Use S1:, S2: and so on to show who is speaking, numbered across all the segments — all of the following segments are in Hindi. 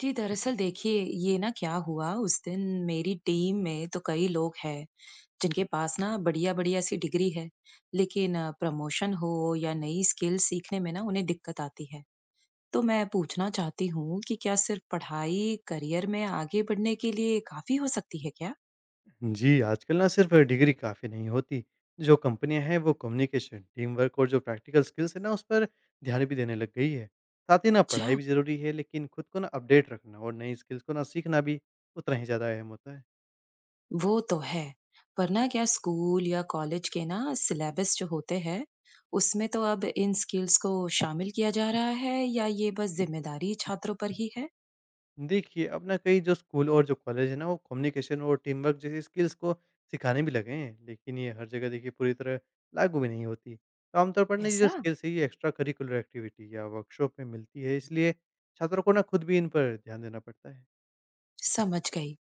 S1: जी, दरअसल देखिए ये ना क्या हुआ उस दिन। मेरी टीम में तो कई लोग हैं जिनके पास ना बढ़िया-बढ़िया सी डिग्री है, लेकिन प्रमोशन हो या नई स्किल सीखने में ना उन्हें दिक्कत आती है। तो मैं पूछना चाहती हूँ कि क्या सिर्फ पढ़ाई करियर में आगे बढ़ने के लिए काफी हो सकती है क्या?
S2: जी, आजकल ना सिर्फ़ डिग्री काफ़ी नहीं होती। जो कंपनियाँ हैं वो कम्युनिकेशन, टीम वर्क और जो प्रैक्टिकल स्किल्स है ना, उस पर ध्यान भी देने लग गई है। साथ ही ना, पढ़ाई
S1: अच्छा,
S2: भी ज़रूरी है, लेकिन खुद को ना अपडेट रखना और नई स्किल्स को ना सीखना भी उतना ही ज़्यादा अहम होता है।
S1: वो तो है। पर ना क्या स्कूल या कॉलेज के ना सिलेबस जो होते हैं, उसमें तो अब इन स्किल्स को शामिल किया जा रहा है या ये बस जिम्मेदारी छात्रों पर ही है?
S2: देखिए, अब ना कई जो स्कूल और जो कॉलेज है ना, वो कम्युनिकेशन और टीम वर्क जैसी स्किल्स को सिखाने भी लगे हैं। लेकिन ये हर जगह देखिए पूरी तरह लागू भी नहीं होती। तो आमतौर पर ना, ये जो
S1: ऐसा।
S2: स्किल्स है ये एक्स्ट्रा करिकुलर एक्टिविटी या वर्कशॉप में मिलती है, इसलिए छात्रों को ना खुद भी इन पर ध्यान देना पड़ता है।
S1: समझ गई।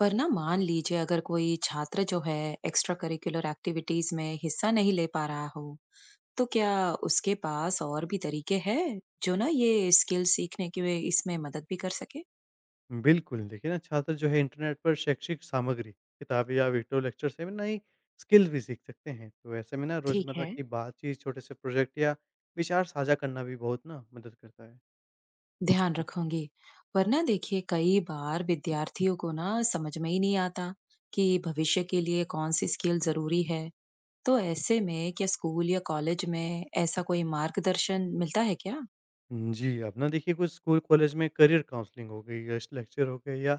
S1: पर ना मान लीजिए अगर कोई छात्र जो है एक्स्ट्रा करिकुलर एक्टिविटीज में हिस्सा नहीं ले पा रहा हो, तो क्या उसके पास और भी तरीके हैं जो ना ये स्किल सीखने के वे इसमें मदद भी कर सके?
S2: बिल्कुल, देखिए ना, छात्र जो है इंटरनेट पर शैक्षिक सामग्री, किताबें या वीडियो लेक्चर से भी नई स्किल भी सीख सकते हैं। तो ऐसे में ना,
S1: ठीक
S2: रोज़मर्रा
S1: है।
S2: की बातचीत, छोटे से प्रोजेक्ट या विचार साझा करना भी बहुत ना मदद करता है।
S1: ध्यान रखूंगी। वरना देखिए कई बार विद्यार्थियों को ना समझ में ही नहीं आता कि भविष्य के लिए कौन सी स्किल जरूरी है, तो ऐसे में क्या स्कूल या कॉलेज में ऐसा कोई मार्गदर्शन मिलता है क्या?
S2: जी, अब ना देखिए, कुछ स्कूल कॉलेज में करियर काउंसलिंग हो गई, गेस्ट लेक्चर हो गए या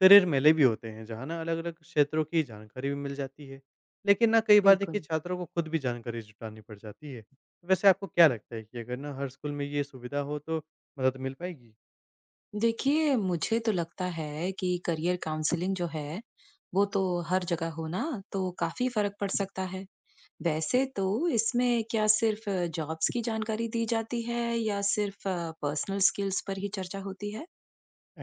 S2: करियर मेले भी होते हैं, जहाँ ना अलग-अलग क्षेत्रों की जानकारी भी मिल जाती है। लेकिन ना कई बार देखिए,
S1: बिल्कुल।
S2: छात्रों को खुद भी जानकारी जुटानी पड़ जाती है। वैसे आपको क्या लगता है कि अगर ना हर स्कूल में ये सुविधा हो तो मदद मिल पाएगी?
S1: देखिए मुझे तो लगता है कि करियर काउंसलिंग जो है वो तो हर जगह हो ना, तो काफी फर्क पड़ सकता है। वैसे तो इसमें क्या सिर्फ जॉब्स की जानकारी दी जाती है या सिर्फ पर्सनल स्किल्स पर ही चर्चा होती है?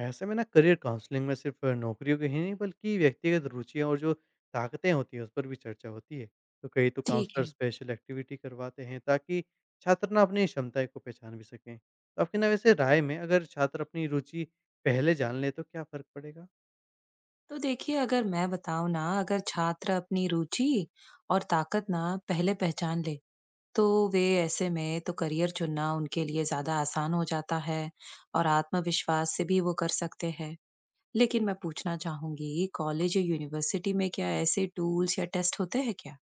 S2: ऐसे में ना, करियर काउंसलिंग में सिर्फ नौकरियों की ही नहीं, बल्कि व्यक्तिगत रुचियाँ और जो ताकतें होती हैं, उस पर भी चर्चा होती है। तो कई तो
S1: ठीक
S2: काउंसलर
S1: है।
S2: स्पेशल एक्टिविटी करवाते हैं ताकि छात्र ना अपनी क्षमताएं को पहचान भी सकें। तो आपकी ना वैसे राय में, अगर छात्र अपनी रुचि पहले जान ले तो क्या फर्क पड़ेगा?
S1: तो देखिए अगर मैं बताऊं ना, अगर छात्र अपनी रुचि और ताकत ना पहले पहचान ले, तो वे ऐसे में तो करियर चुनना उनके लिए ज्यादा आसान हो जाता है और आत्मविश्वास से भी वो कर सकते हैं। लेकिन मैं पूछना चाहूंगी, कॉलेज या यूनिवर्सिटी में क्या ऐसे टूल्स या टेस्ट होते हैं क्या?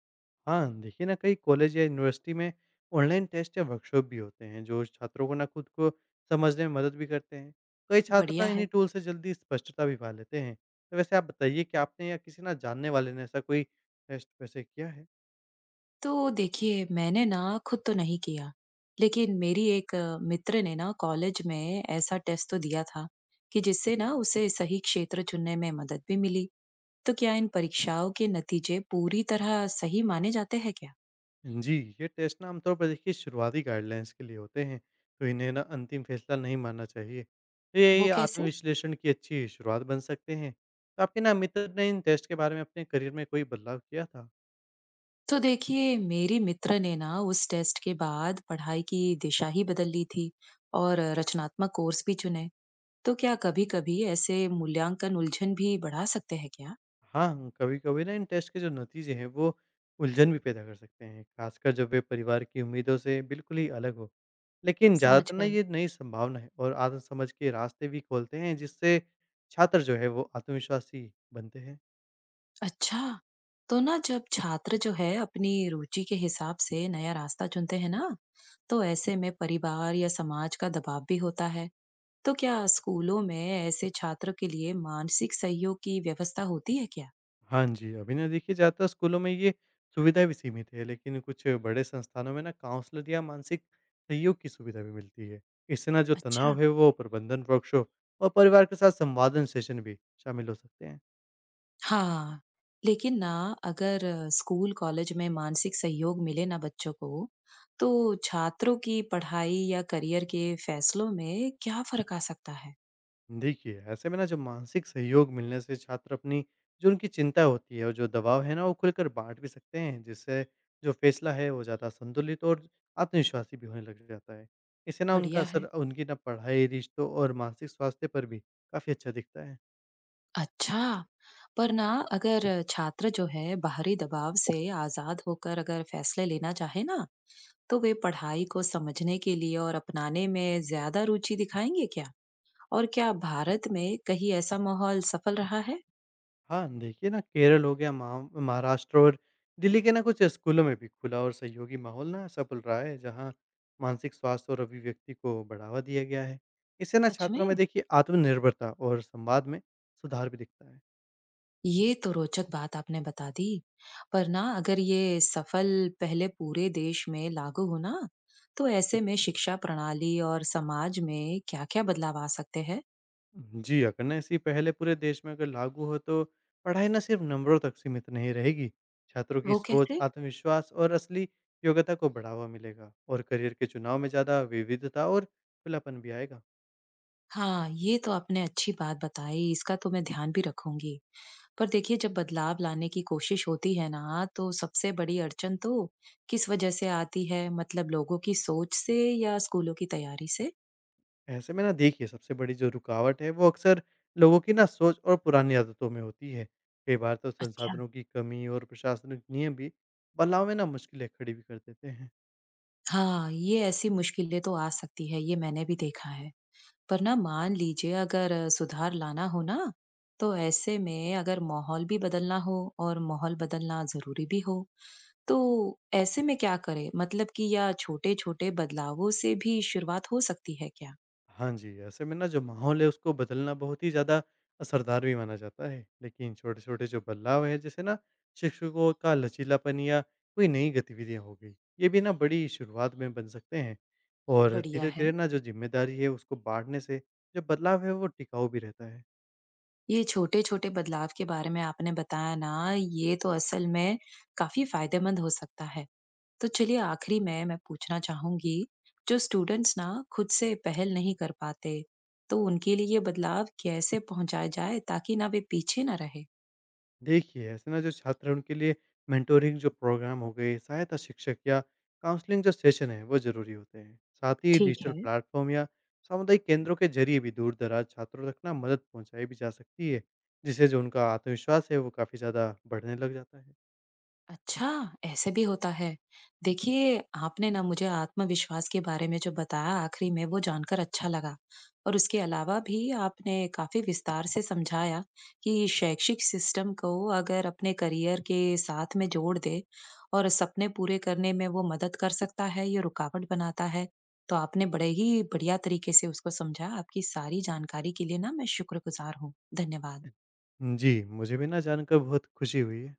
S2: हाँ, देखिए ना, कई कॉलेज या यूनिवर्सिटी में ऑनलाइन टेस्ट या वर्कशॉप भी होते हैं, जो छात्रों को ना खुद को समझने में मदद भी करते हैं। कई छात्र ना
S1: बढ़िया है।
S2: इन्हीं टूल से जल्दी स्पष्टता भी पा लेते हैं। तो वैसे आप बताइए कि आपने या किसी ना जानने वाले ने ऐसा कोई टेस्ट वैसे किया है?
S1: तो देखिए मैंने ना खुद तो नहीं किया, लेकिन मेरी एक मित्र ने ना कॉलेज में ऐसा टेस्ट तो दिया था कि जिससे ना उसे सही क्षेत्र चुनने में मदद भी मिली। तो क्या इन परीक्षाओं के नतीजे पूरी तरह सही माने जाते हैं क्या?
S2: जी, ये टेस्ट ना आमतौर पर देखिए शुरुआती गाइडलाइंस के लिए होते हैं, तो इन्हें ना अंतिम फैसला नहीं मानना चाहिए। तो ये
S1: वो
S2: ये
S1: कैसे?
S2: आत्मविश्लेषण की अच्छी शुरुआत बन सकते हैं। तो आपके ना मित्र ने इन टेस्ट के बारे में अपने करियर में कोई बदलाव किया था?
S1: तो देखिए मेरी मित्र ने ना उस टेस्ट के बाद पढ़ाई की दिशा ही बदल ली थी और रचनात्मक कोर्स भी चुने। तो क्या कभी-कभी ऐसे मूल्यांकन उलझन भी बढ़ा सकते हैं क्या?
S2: हाँ, कभी-कभी ना इन टेस्ट के जो नतीजे हैं वो उलझन भी पैदा कर सकते हैं, खासकर जब वे परिवार की उम्मीदों से बिल्कुल ही अलग हो। लेकिन
S1: समझ
S2: ज़्यादातर ना,
S1: गई।
S2: ये नई संभावना है और आत्म-समझ के रास्ते भी खोलते हैं, जिससे छात्र जो है वो आत्मविश्वासी बनते हैं।
S1: अच्छा, तो ना जब छात्र जो है अपनी रुचि के हिसाब से नया रास्ता चुनते हैं ना, तो ऐसे में परिवार या समाज का दबाव भी होता है। तो क्या स्कूलों में ऐसे छात्र के लिए मानसिक सहयोग की व्यवस्था होती है क्या?
S2: हाँ जी, अभी ना देखिए ज़्यादातर स्कूलों में ये सुविधा भी सीमित है, लेकिन कुछ बड़े संस्थानों में ना काउंसलर या मानसिक सहयोग की सुविधा भी मिलती है। इससे ना जो
S1: अच्छा।
S2: तनाव है वो प्रबंधन वर्कशॉप और परिवार के साथ संवादन सेशन भी शामिल हो सकते हैं।
S1: हाँ, लेकिन ना अगर स्कूल कॉलेज में मानसिक सहयोग मिले ना बच्चों को, तो छात्रों की पढ़ाई या करियर के फैसलों में क्या फर्क आ सकता है?
S2: देखिए, ऐसे में ना जब मानसिक सहयोग मिलने से छात्र अपनी जो उनकी चिंता होती है और जो दबाव है ना, वो खुलकर बाँट भी सकते हैं, जिससे जो फैसला है वो ज़्यादा संतुलित और आत्मविश्वासी भी होने लग जाता है। इससे ना उनका
S1: बढ़िया
S2: असर
S1: है।
S2: उनकी ना पढ़ाई, रिश्तों और मानसिक स्वास्थ्य पर भी काफ़ी अच्छा दिखता है।
S1: अच्छा, पर ना अगर छात्र जो है बाहरी दबाव से आजाद होकर अगर फैसले लेना चाहे ना, तो वे पढ़ाई को समझने के लिए और अपनाने में ज्यादा रुचि दिखाएंगे क्या? और क्या भारत में कहीं ऐसा माहौल सफल रहा है?
S2: हाँ, देखिए ना, केरल हो गया, महाराष्ट्र और दिल्ली के ना कुछ स्कूलों में भी खुला और सहयोगी माहौल ना सफल रहा है, जहाँ मानसिक स्वास्थ्य और अभिव्यक्ति को बढ़ावा दिया गया है। इससे ना
S1: सच
S2: छात्रों
S1: में?
S2: में देखिए आत्मनिर्भरता और संवाद में सुधार भी दिखता है।
S1: ये तो रोचक बात आपने बता दी। पर ना अगर ये सफल पहले पूरे देश में लागू हो ना, तो ऐसे में शिक्षा प्रणाली और समाज में क्या-क्या बदलाव आ सकते हैं?
S2: जी, अगर ना ऐसी पहले पूरे देश में अगर लागू हो तो पढ़ाई ना सिर्फ नंबरों तक सीमित नहीं रहेगी, छात्रों की
S1: वो
S2: सोच,
S1: कैसे?
S2: आत्मविश्वास और असली योग्यता को बढ़ावा मिलेगा और करियर के चुनाव में ज़्यादा विविधता और खुलापन भी आएगा।
S1: हाँ, ये तो आपने अच्छी बात बताई, इसका तो मैं ध्यान भी रखूंगी। पर देखिए जब बदलाव लाने की कोशिश होती है ना, तो सबसे बड़ी अड़चन तो किस वजह से आती है? मतलब लोगों की सोच से या स्कूलों की तैयारी से?
S2: ऐसे में ना देखिए, सबसे बड़ी जो रुकावट है वो अक्सर लोगों की ना सोच और पुरानी आदतों में होती है। कई बार तो
S1: अच्छा।
S2: संसाधनों की कमी और प्रशासनिक नियम भी बदलाव में ना मुश्किलें खड़ी भी कर देते हैं।
S1: हाँ, ये ऐसी मुश्किलें तो आ सकती है, ये मैंने भी देखा है। पर ना मान लीजिए अगर सुधार लाना हो ना, तो ऐसे में अगर माहौल भी बदलना हो और माहौल बदलना जरूरी भी हो, तो ऐसे में क्या करें? मतलब कि या छोटे छोटे बदलावों से भी शुरुआत हो सकती है क्या?
S2: हाँ जी, ऐसे में ना जो माहौल है उसको बदलना बहुत ही ज़्यादा असरदार भी माना जाता है, लेकिन छोटे छोटे जो बदलाव है जैसे ना शिक्षकों का लचीलापन या कोई नई गतिविधियां हो गई, ये भी ना बड़ी शुरुआत में बन सकते हैं। और
S1: बढ़िया
S2: धीरे
S1: है।
S2: धीरे ना जो जिम्मेदारी है उसको बांटने से जो बदलाव है वो टिकाऊ भी रहता है।
S1: ये छोटे छोटे बदलाव के बारे में आपने बताया ना, ये तो असल में काफी फायदेमंद हो सकता है। तो चलिए आखिरी में मैं पूछना चाहूंगी, जो स्टूडेंट्स ना खुद से पहल नहीं कर पाते, तो उनके लिए ये बदलाव कैसे पहुंचाया जाए ताकि ना वे पीछे ना रहे?
S2: देखिए, ऐसे ना जो छात्र हैं उनके लिए मेंटोरिंग जो प्रोग्राम हो गए, सहायता शिक्षक या काउंसलिंग जो सेशन है वो ज़रूरी होते हैं। साथ ही
S1: ठीक
S2: डिजिटल
S1: है।
S2: प्लेटफ़ॉर्म या सामुदायिक केंद्रों के ज़रिए भी दूर-दराज छात्रों तक ना मदद पहुँचाई भी जा सकती है, जिससे जो उनका आत्मविश्वास है वो काफ़ी ज़्यादा बढ़ने लग जाता है।
S1: अच्छा, ऐसे भी होता है। देखिए, आपने ना मुझे आत्मविश्वास के बारे में जो बताया आखिरी में, वो जानकर अच्छा लगा। और उसके अलावा भी आपने काफ़ी विस्तार से समझाया कि शैक्षिक सिस्टम को अगर अपने करियर के साथ में जोड़ दे और सपने पूरे करने में वो मदद कर सकता है, ये रुकावट बनाता है। तो आपने बड़े ही बढ़िया तरीके से उसको समझा। आपकी सारी जानकारी के लिए ना मैं शुक्रगुज़ार हूँ। धन्यवाद।
S2: जी, मुझे भी ना जानकर बहुत खुशी हुई है।